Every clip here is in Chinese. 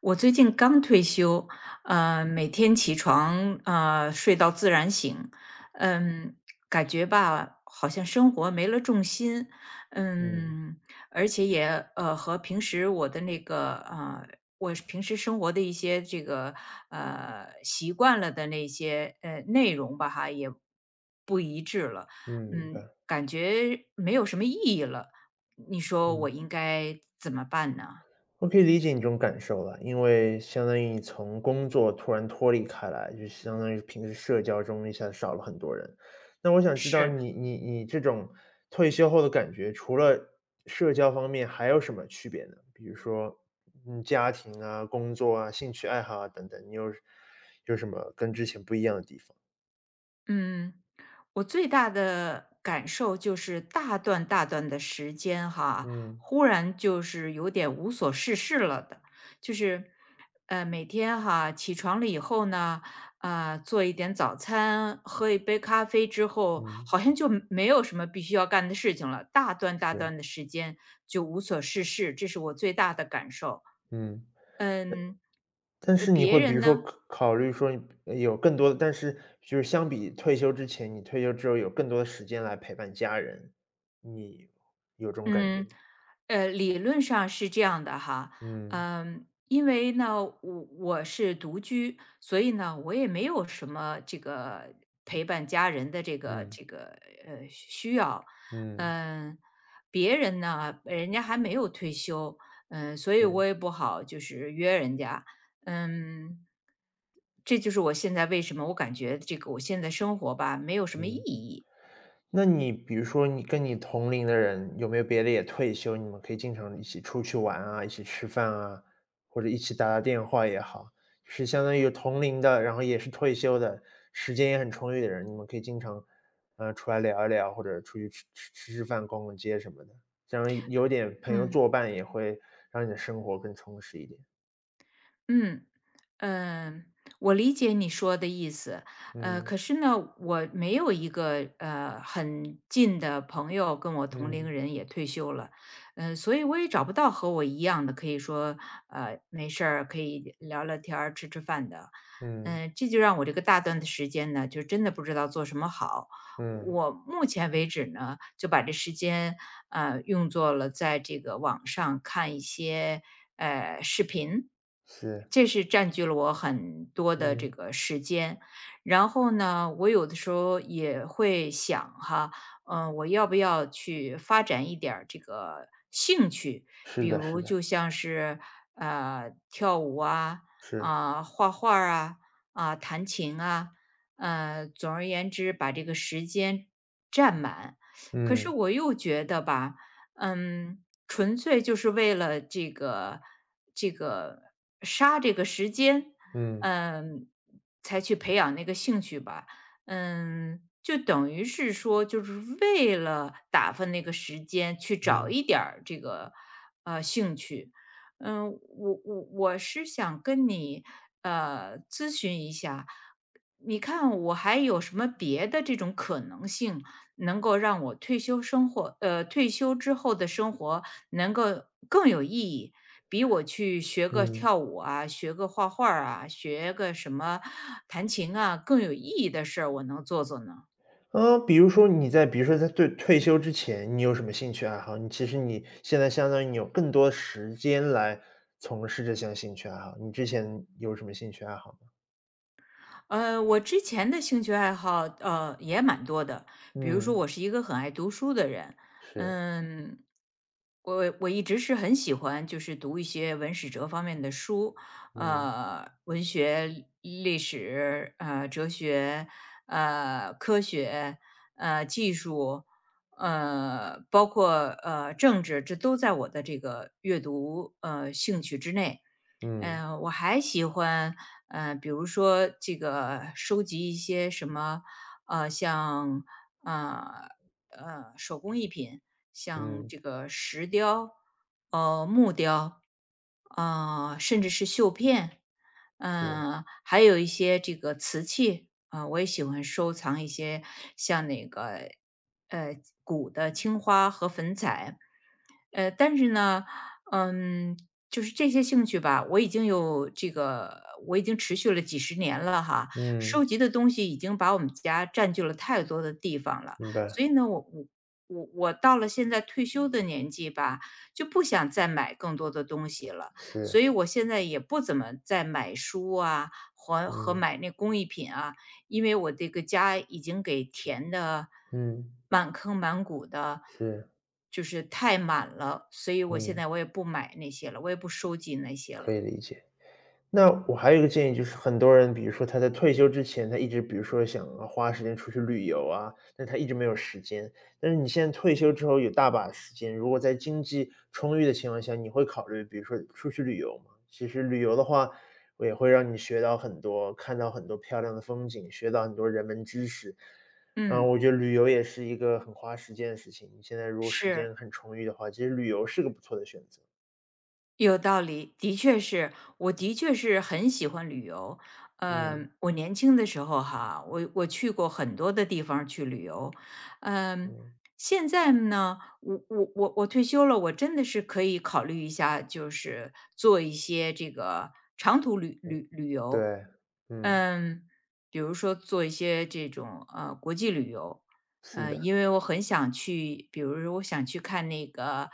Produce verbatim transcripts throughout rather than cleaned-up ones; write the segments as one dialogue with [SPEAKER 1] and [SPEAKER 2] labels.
[SPEAKER 1] 我最近刚退休，呃，每天起床，呃，睡到自然醒。嗯，感觉吧，好像生活没了重心。
[SPEAKER 2] 嗯，
[SPEAKER 1] 嗯，而且也呃和平时我的那个呃，我是平时生活的一些这个呃习惯了的那些呃内容吧，哈，也
[SPEAKER 2] 嗯，明
[SPEAKER 1] 嗯
[SPEAKER 2] 白，
[SPEAKER 1] 感觉没有什么意义了。你说我
[SPEAKER 2] 嗯，
[SPEAKER 1] 应该怎么办呢？
[SPEAKER 2] 我可以理解你这种感受了，因为相当于你从工作突然脱离开来，就相当于平时社交中一下子少了很多人。那我想知道
[SPEAKER 1] 是。
[SPEAKER 2] 你你你这种退休后的感觉，除了社交方面还有什么区别呢？比如说，嗯，家庭啊、工作啊、兴趣爱好啊等等，你有有什么跟之前不一样的地方？
[SPEAKER 1] 嗯，我最大的感受就是大段大段的时间哈，
[SPEAKER 2] 嗯，
[SPEAKER 1] 忽然就是有点无所事事了的，就是呃每天哈起床了以后呢，啊做一点早餐，喝一杯咖啡之后，
[SPEAKER 2] 嗯，
[SPEAKER 1] 好像就没有什么必须要干的事情了，大段大
[SPEAKER 2] 是，
[SPEAKER 1] 段的时间就无所事事，这是我最大的感受。
[SPEAKER 2] 嗯。
[SPEAKER 1] 嗯。
[SPEAKER 2] 但
[SPEAKER 1] 呃，
[SPEAKER 2] 是你
[SPEAKER 1] 别
[SPEAKER 2] 会比
[SPEAKER 1] 人
[SPEAKER 2] 如说
[SPEAKER 1] 呢？
[SPEAKER 2] 考考虑说你有更多的但是就是相比退休之前，你退休之后有更多的时间来陪伴家人，你有这种感觉？
[SPEAKER 1] 嗯。呃，理论上是这样的哈。
[SPEAKER 2] 嗯，
[SPEAKER 1] 嗯，因为呢，我我是独居，所以呢，我也没有什么这个陪伴家人的这个
[SPEAKER 2] 嗯，
[SPEAKER 1] 这个呃需要。
[SPEAKER 2] 嗯，
[SPEAKER 1] 嗯，别人呢，人家还没有退休。嗯，所以
[SPEAKER 2] 对，
[SPEAKER 1] 我也不好就是约人家。嗯，这就是我现在为什么我感觉这个我现在生活吧没有什么意
[SPEAKER 2] 嗯。
[SPEAKER 1] 义。
[SPEAKER 2] 那你比如说你跟你同龄的人，有没有别的也退休，你们可以经常一起出去玩啊，一起吃饭啊，或者一起打打电话也好，就是相当于有同龄的，然后也是退休的，时间也很充裕的人，你们可以经常，呃，出来聊一聊，或者出去吃吃吃吃饭、逛逛街什么的，这样有点朋友
[SPEAKER 1] 嗯。
[SPEAKER 2] 作伴，也会让你的生活更充实一点。
[SPEAKER 1] 嗯，嗯，我理解你说的意思。呃，
[SPEAKER 2] 嗯
[SPEAKER 1] 可是呢，我没有一个呃很近的朋友跟我同龄
[SPEAKER 2] 嗯
[SPEAKER 1] 人也退休了。呃，所以我也找不到和我一样的，可以说呃没事儿可以聊聊天儿、吃吃饭的。
[SPEAKER 2] 嗯
[SPEAKER 1] 嗯、这就让我这个大段的时间呢，就真的不知道做什么好。
[SPEAKER 2] 嗯，
[SPEAKER 1] 我目前为止呢，就把这时间，呃，用作了在这个网上看一些，呃，视频，
[SPEAKER 2] 是，
[SPEAKER 1] 这是占据了我很多的这
[SPEAKER 2] 嗯，
[SPEAKER 1] 个时间。然后呢，我有的时候也会想哈。嗯，我要不要去发展一点儿这个兴趣，
[SPEAKER 2] 是
[SPEAKER 1] 比
[SPEAKER 2] 的，是
[SPEAKER 1] 如
[SPEAKER 2] 的，
[SPEAKER 1] 就像是，呃，跳舞啊，
[SPEAKER 2] 是，
[SPEAKER 1] 啊、画画儿啊，啊、弹琴啊，呃，总而言之把这个时间占满。可是
[SPEAKER 2] 嗯
[SPEAKER 1] 我又觉得吧，嗯，纯粹就是为了这个这个杀这个时间。
[SPEAKER 2] 嗯
[SPEAKER 1] 嗯，才去培养那个兴趣吧。嗯，就等于是说就是为了打发那个时间去找
[SPEAKER 2] 嗯。
[SPEAKER 1] 一点儿这个，呃，兴趣。嗯，我我我是想跟你呃咨询一下，你看我还有什么别的这种可能性，能够让我退休生活呃退休之后的生活能够更有意义，比我去学个
[SPEAKER 2] 嗯，
[SPEAKER 1] 跳舞啊，学个画画儿啊，学个什么弹琴啊更有意义的事儿，我能做做呢？
[SPEAKER 2] 啊，比如说你在比如说在对退休之前，你有什么兴趣爱好？你其实你现在相当于你有更多时间来从事这项兴趣爱好，你之前有什么兴趣爱好吗？
[SPEAKER 1] 呃，我之前的兴趣爱好，呃，也蛮多的。比如说，
[SPEAKER 2] 嗯，
[SPEAKER 1] 我是一个很爱读书的人。
[SPEAKER 2] 是，
[SPEAKER 1] 嗯，我我一直是很喜欢，就是读一些文史哲方面的书。
[SPEAKER 2] 嗯，
[SPEAKER 1] 呃，文学、历史、呃，哲学、呃，科学、呃，技术，呃，包括呃政治，这都在我的这个阅读呃兴趣之内。
[SPEAKER 2] 嗯，
[SPEAKER 1] 嗯，呃我还喜欢。嗯，比如说这个收集一些什么，呃，像呃呃手工艺品，像
[SPEAKER 2] 嗯，
[SPEAKER 1] 这个石雕、呃木雕，啊，甚至是绣片。
[SPEAKER 2] 是，
[SPEAKER 1] 嗯、还有一些这个瓷器，啊、我也喜欢收藏一些像那个呃古的青花和粉彩。呃，但是呢，嗯，就是这些兴趣吧，我已经有这个我已经持续了几十年了哈，
[SPEAKER 2] 嗯，
[SPEAKER 1] 收集的东西已经把我们家占据了太多的地方了，
[SPEAKER 2] 明白，
[SPEAKER 1] 所以呢，我我我我到了现在退休的年纪吧，就不想再买更多的东西了，
[SPEAKER 2] 是，
[SPEAKER 1] 所以我现在也不怎么再买书啊，和和
[SPEAKER 2] 嗯，
[SPEAKER 1] 买那工艺品啊，因为我这个家已经给填的
[SPEAKER 2] 嗯，
[SPEAKER 1] 满坑满谷的，
[SPEAKER 2] 是，
[SPEAKER 1] 就是太满了，所以我现
[SPEAKER 2] 嗯，
[SPEAKER 1] 在我也不买那些了，我也不收集那些
[SPEAKER 2] 可
[SPEAKER 1] 了。
[SPEAKER 2] 以理解。那我还有一个建议，就是很多人，比如说他在退休之前，他一直比如说想啊花时间出去旅游啊，但他一直没有时间。但是你现在退休之后有大把时间，如果在经济充裕的情况下，你会考虑比如说出去旅游吗？其实旅游的话，我也会让你学到很多，看到很多漂亮的风景，学到很多人文知识。
[SPEAKER 1] 嗯，
[SPEAKER 2] 嗯，我觉得旅游也是一个很花时间的事情。你现在如果时
[SPEAKER 1] 是。
[SPEAKER 2] 间很充裕的话，其实旅游是个不错的选择。
[SPEAKER 1] 有道理，的确是，我的确是很喜欢旅游。
[SPEAKER 2] 嗯
[SPEAKER 1] 嗯、我年轻的时候哈，我我去过很多的地方去旅游。嗯、
[SPEAKER 2] 嗯，
[SPEAKER 1] 现在呢，我我我我退休了，我真的是可以考虑一下，就是做一些这个长途旅
[SPEAKER 2] 对
[SPEAKER 1] 旅旅游。
[SPEAKER 2] 对，嗯。
[SPEAKER 1] 嗯、比如说做一些这种呃国际旅游。
[SPEAKER 2] 是
[SPEAKER 1] 呃，
[SPEAKER 2] 的，
[SPEAKER 1] 因为我很想去，比如说我想去看那个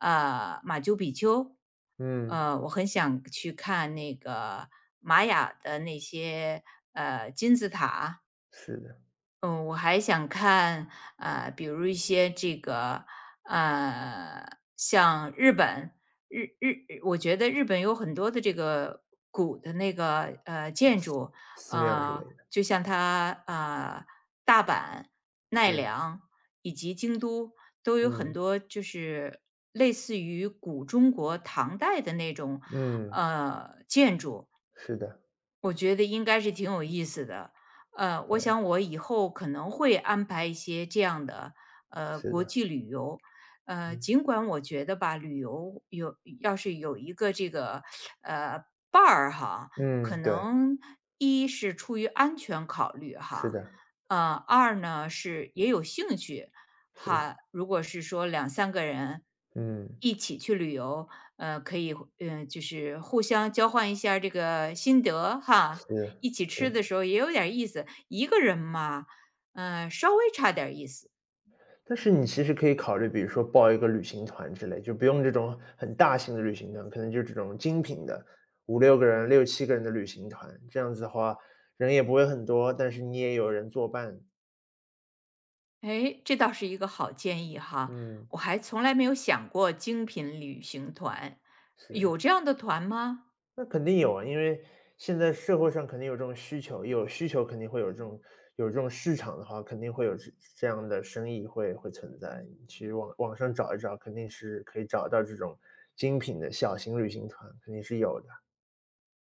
[SPEAKER 1] 呃马丘比丘。
[SPEAKER 2] 嗯，
[SPEAKER 1] 呃，我很想去看那个玛雅的那些呃金字塔。
[SPEAKER 2] 是的，
[SPEAKER 1] 嗯，我还想看，呃，比如一些这个，呃，像日本。日日，我觉得日本有很多的这个古的那个呃
[SPEAKER 2] 呃
[SPEAKER 1] 建
[SPEAKER 2] 寺
[SPEAKER 1] 筑。
[SPEAKER 2] 寺庙之类
[SPEAKER 1] 呃，
[SPEAKER 2] 的，
[SPEAKER 1] 就像它呃大阪、奈
[SPEAKER 2] 是，
[SPEAKER 1] 良以及京都都有很
[SPEAKER 2] 嗯，
[SPEAKER 1] 多就是类似于古中国唐代的那种
[SPEAKER 2] 嗯，
[SPEAKER 1] 呃建筑，
[SPEAKER 2] 是的，
[SPEAKER 1] 我觉得应该是挺有意思的。呃，我想我以后可能会安排一些这样的呃
[SPEAKER 2] 是
[SPEAKER 1] 国
[SPEAKER 2] 的，
[SPEAKER 1] 际旅游。呃，
[SPEAKER 2] 嗯，
[SPEAKER 1] 尽管我觉得吧，旅游有要是有一个这个呃伴儿哈，
[SPEAKER 2] 嗯，
[SPEAKER 1] 可
[SPEAKER 2] 对，
[SPEAKER 1] 能一是出于安全考虑
[SPEAKER 2] 是
[SPEAKER 1] 哈。
[SPEAKER 2] 的，
[SPEAKER 1] 呃，二呢是也有兴趣
[SPEAKER 2] 是，
[SPEAKER 1] 哈。如果是说两三个人
[SPEAKER 2] 嗯，
[SPEAKER 1] 一起去旅游，呃，可以。嗯，就是互相交换一下儿这个心得哈。
[SPEAKER 2] 是，
[SPEAKER 1] 一起吃
[SPEAKER 2] 是。
[SPEAKER 1] 的时候也有点儿意思，一个人嘛，嗯，稍微差点儿意思。
[SPEAKER 2] 但是你其实可以考虑，比如说报一个旅行团之类，就不用这种很大型的旅行团，可能就这种精品的五六个人、六七个人的旅行团，这样子的话，人也不会很多，但是你也有人作伴，
[SPEAKER 1] 哎，这倒是一个好建议哈，
[SPEAKER 2] 嗯，
[SPEAKER 1] 我还从来没有想过精品旅行团，
[SPEAKER 2] 是。
[SPEAKER 1] 有这样的团吗？
[SPEAKER 2] 那肯定有啊，因为现在社会上肯定有这种需求，有需求肯定会有这种有这种市场的话，肯定会有这这样的生意会会存在。你去网网上找一找，肯定是可以找到这种精品的小型旅行团，肯定是有的。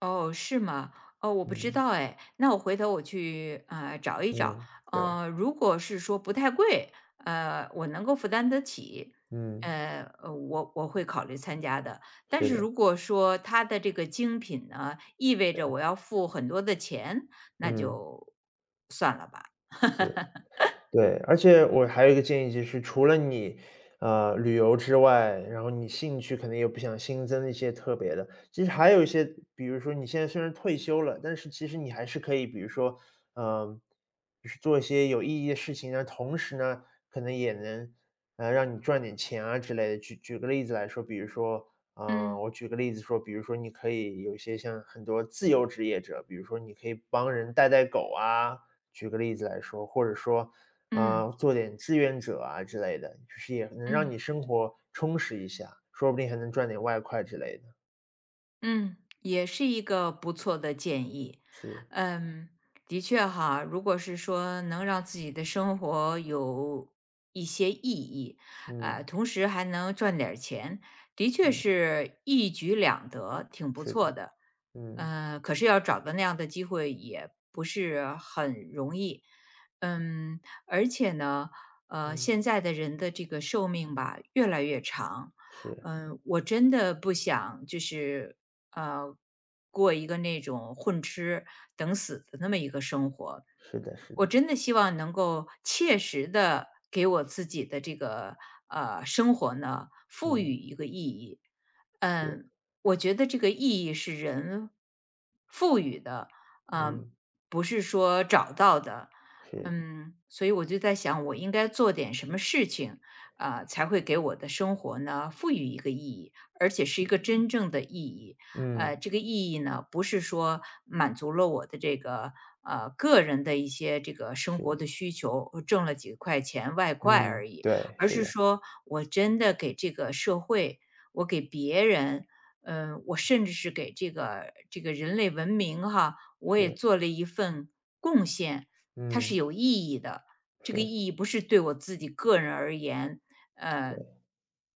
[SPEAKER 1] 哦，是吗？哦，我不知
[SPEAKER 2] 嗯，
[SPEAKER 1] 道哎，那我回头我去呃找一找。
[SPEAKER 2] 嗯，对，
[SPEAKER 1] 呃，如果是说不太贵，呃，我能够负担得起，
[SPEAKER 2] 嗯，
[SPEAKER 1] 呃，呃我我会考虑参加的。但
[SPEAKER 2] 是
[SPEAKER 1] 是
[SPEAKER 2] 的，
[SPEAKER 1] 如果说它的这个精品呢，意味着我要付很多的钱，那
[SPEAKER 2] 嗯，
[SPEAKER 1] 就算了吧。
[SPEAKER 2] 是。对，而且我还有一个建议，就是除了你，呃，旅游之外，然后你兴趣可能也不想新增一些特别的。其实还有一些，比如说你现在虽然退休了，但是其实你还是可以，比如说，嗯、就是做一些有意义的事情那同时呢，可能也能，呃，让你赚点钱啊之类的。举举个例子来说，比如说，啊、
[SPEAKER 1] 嗯
[SPEAKER 2] 我举个例子说，比如说你可以有一些像很多自由职业者，比如说你可以帮人带带狗啊，举个例子来说，或者说
[SPEAKER 1] 嗯
[SPEAKER 2] 啊，做点志愿者啊之类的，就是也能让
[SPEAKER 1] 嗯。
[SPEAKER 2] 你生活充实一下，说不定还能赚点外快之类的。
[SPEAKER 1] 嗯，也是一个不错的建议。
[SPEAKER 2] 是，
[SPEAKER 1] 嗯，的确哈，如果是说能让自己的生活有一些意义，呃，
[SPEAKER 2] 嗯
[SPEAKER 1] 同时还能赚点儿钱，的确
[SPEAKER 2] 嗯，
[SPEAKER 1] 是一举两得，挺不
[SPEAKER 2] 是
[SPEAKER 1] 错
[SPEAKER 2] 的，
[SPEAKER 1] 的。
[SPEAKER 2] 嗯
[SPEAKER 1] 嗯，可是要找到那样的机会也不是很容易。嗯，而且呢，呃，
[SPEAKER 2] 嗯，
[SPEAKER 1] 现在的人的这个寿命吧，越来越长。
[SPEAKER 2] 是
[SPEAKER 1] 嗯，我真的不想就是呃，过一个那种混吃等死的那么一个生活。
[SPEAKER 2] 是的是
[SPEAKER 1] 我
[SPEAKER 2] 的，
[SPEAKER 1] 真的希望能够切实的给我自己的这个，呃，生活呢，赋
[SPEAKER 2] 嗯
[SPEAKER 1] 予一个意义。
[SPEAKER 2] 是
[SPEAKER 1] 嗯，我觉得这个意义是人赋予的。嗯，
[SPEAKER 2] 嗯
[SPEAKER 1] 不是说找到的。
[SPEAKER 2] 是
[SPEAKER 1] 嗯，所以我就在想我应该做点什么事情，啊，才会给我的生活呢，赋予一个意义，而且是一个真正的意义。
[SPEAKER 2] 嗯
[SPEAKER 1] 呃，这个意义呢，不是说满足了我的这个呃个人的一些这个生
[SPEAKER 2] 是
[SPEAKER 1] 活的需求，挣了几块钱外快
[SPEAKER 2] 嗯
[SPEAKER 1] 而已，
[SPEAKER 2] 对，
[SPEAKER 1] 而
[SPEAKER 2] 是
[SPEAKER 1] 是
[SPEAKER 2] 的，
[SPEAKER 1] 说我真的给这个社会，我给别人。嗯、我甚至是给这个这个人类文明哈，我也
[SPEAKER 2] 是
[SPEAKER 1] 做了一份贡献，它
[SPEAKER 2] 嗯
[SPEAKER 1] 是有意义的。这个
[SPEAKER 2] 是
[SPEAKER 1] 意义不是对我自己个人而言，呃，
[SPEAKER 2] 对，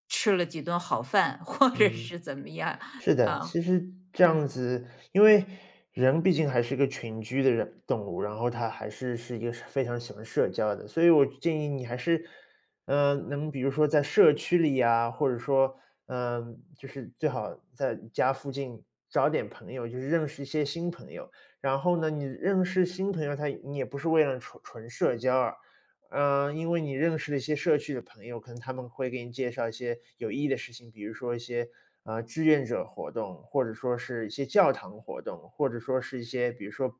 [SPEAKER 1] 吃了几顿好饭，或者
[SPEAKER 2] 嗯。
[SPEAKER 1] 是怎么样。
[SPEAKER 2] 是的，
[SPEAKER 1] 呃，
[SPEAKER 2] 其实这样
[SPEAKER 1] 嗯
[SPEAKER 2] 子，因为人毕竟还是一个群居的人动物，然后它还是是一个非常喜欢社交的，所以我建议你还是，嗯，能比如说在社区里呀，或者说，嗯、就是最好在家附近找点朋友，就是认识一些新朋友。然后呢，你认识新朋友他，你也不是为了纯纯社交啊。嗯，因为你认识了一些社区的朋友，可能他们会给你介绍一些有意义的事情，比如说一些呃志愿者活动，或者说是一些教堂活动，或者说是一些比如说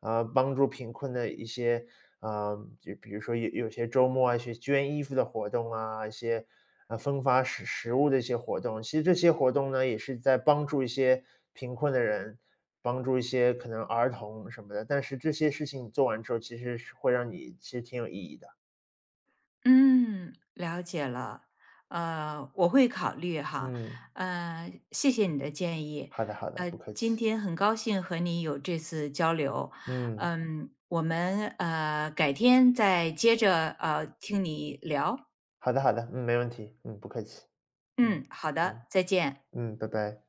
[SPEAKER 2] 呃帮助贫困的一些呃，就比如说有有些周末啊，去捐衣服的活动啊，一些呃分发食食物的一些活动。其实这些活动呢，也是在帮助一些贫困的人，帮助一些可能儿童什么的。但是这些事情做完之后，其实是会让你其实挺有意义的。
[SPEAKER 1] 嗯。了解了。呃，我会考虑哈。
[SPEAKER 2] 嗯，
[SPEAKER 1] 呃，谢谢你的建议。
[SPEAKER 2] 好的好的，
[SPEAKER 1] 呃，
[SPEAKER 2] 不客
[SPEAKER 1] 今
[SPEAKER 2] 气。
[SPEAKER 1] 天很高兴和你有这次交流。
[SPEAKER 2] 嗯，
[SPEAKER 1] 嗯，我们呃改天再接着呃听你聊。
[SPEAKER 2] 好的好的，嗯，没问题，嗯，不客气。嗯，
[SPEAKER 1] 嗯，好的，
[SPEAKER 2] 嗯，
[SPEAKER 1] 再见。
[SPEAKER 2] 嗯，拜拜。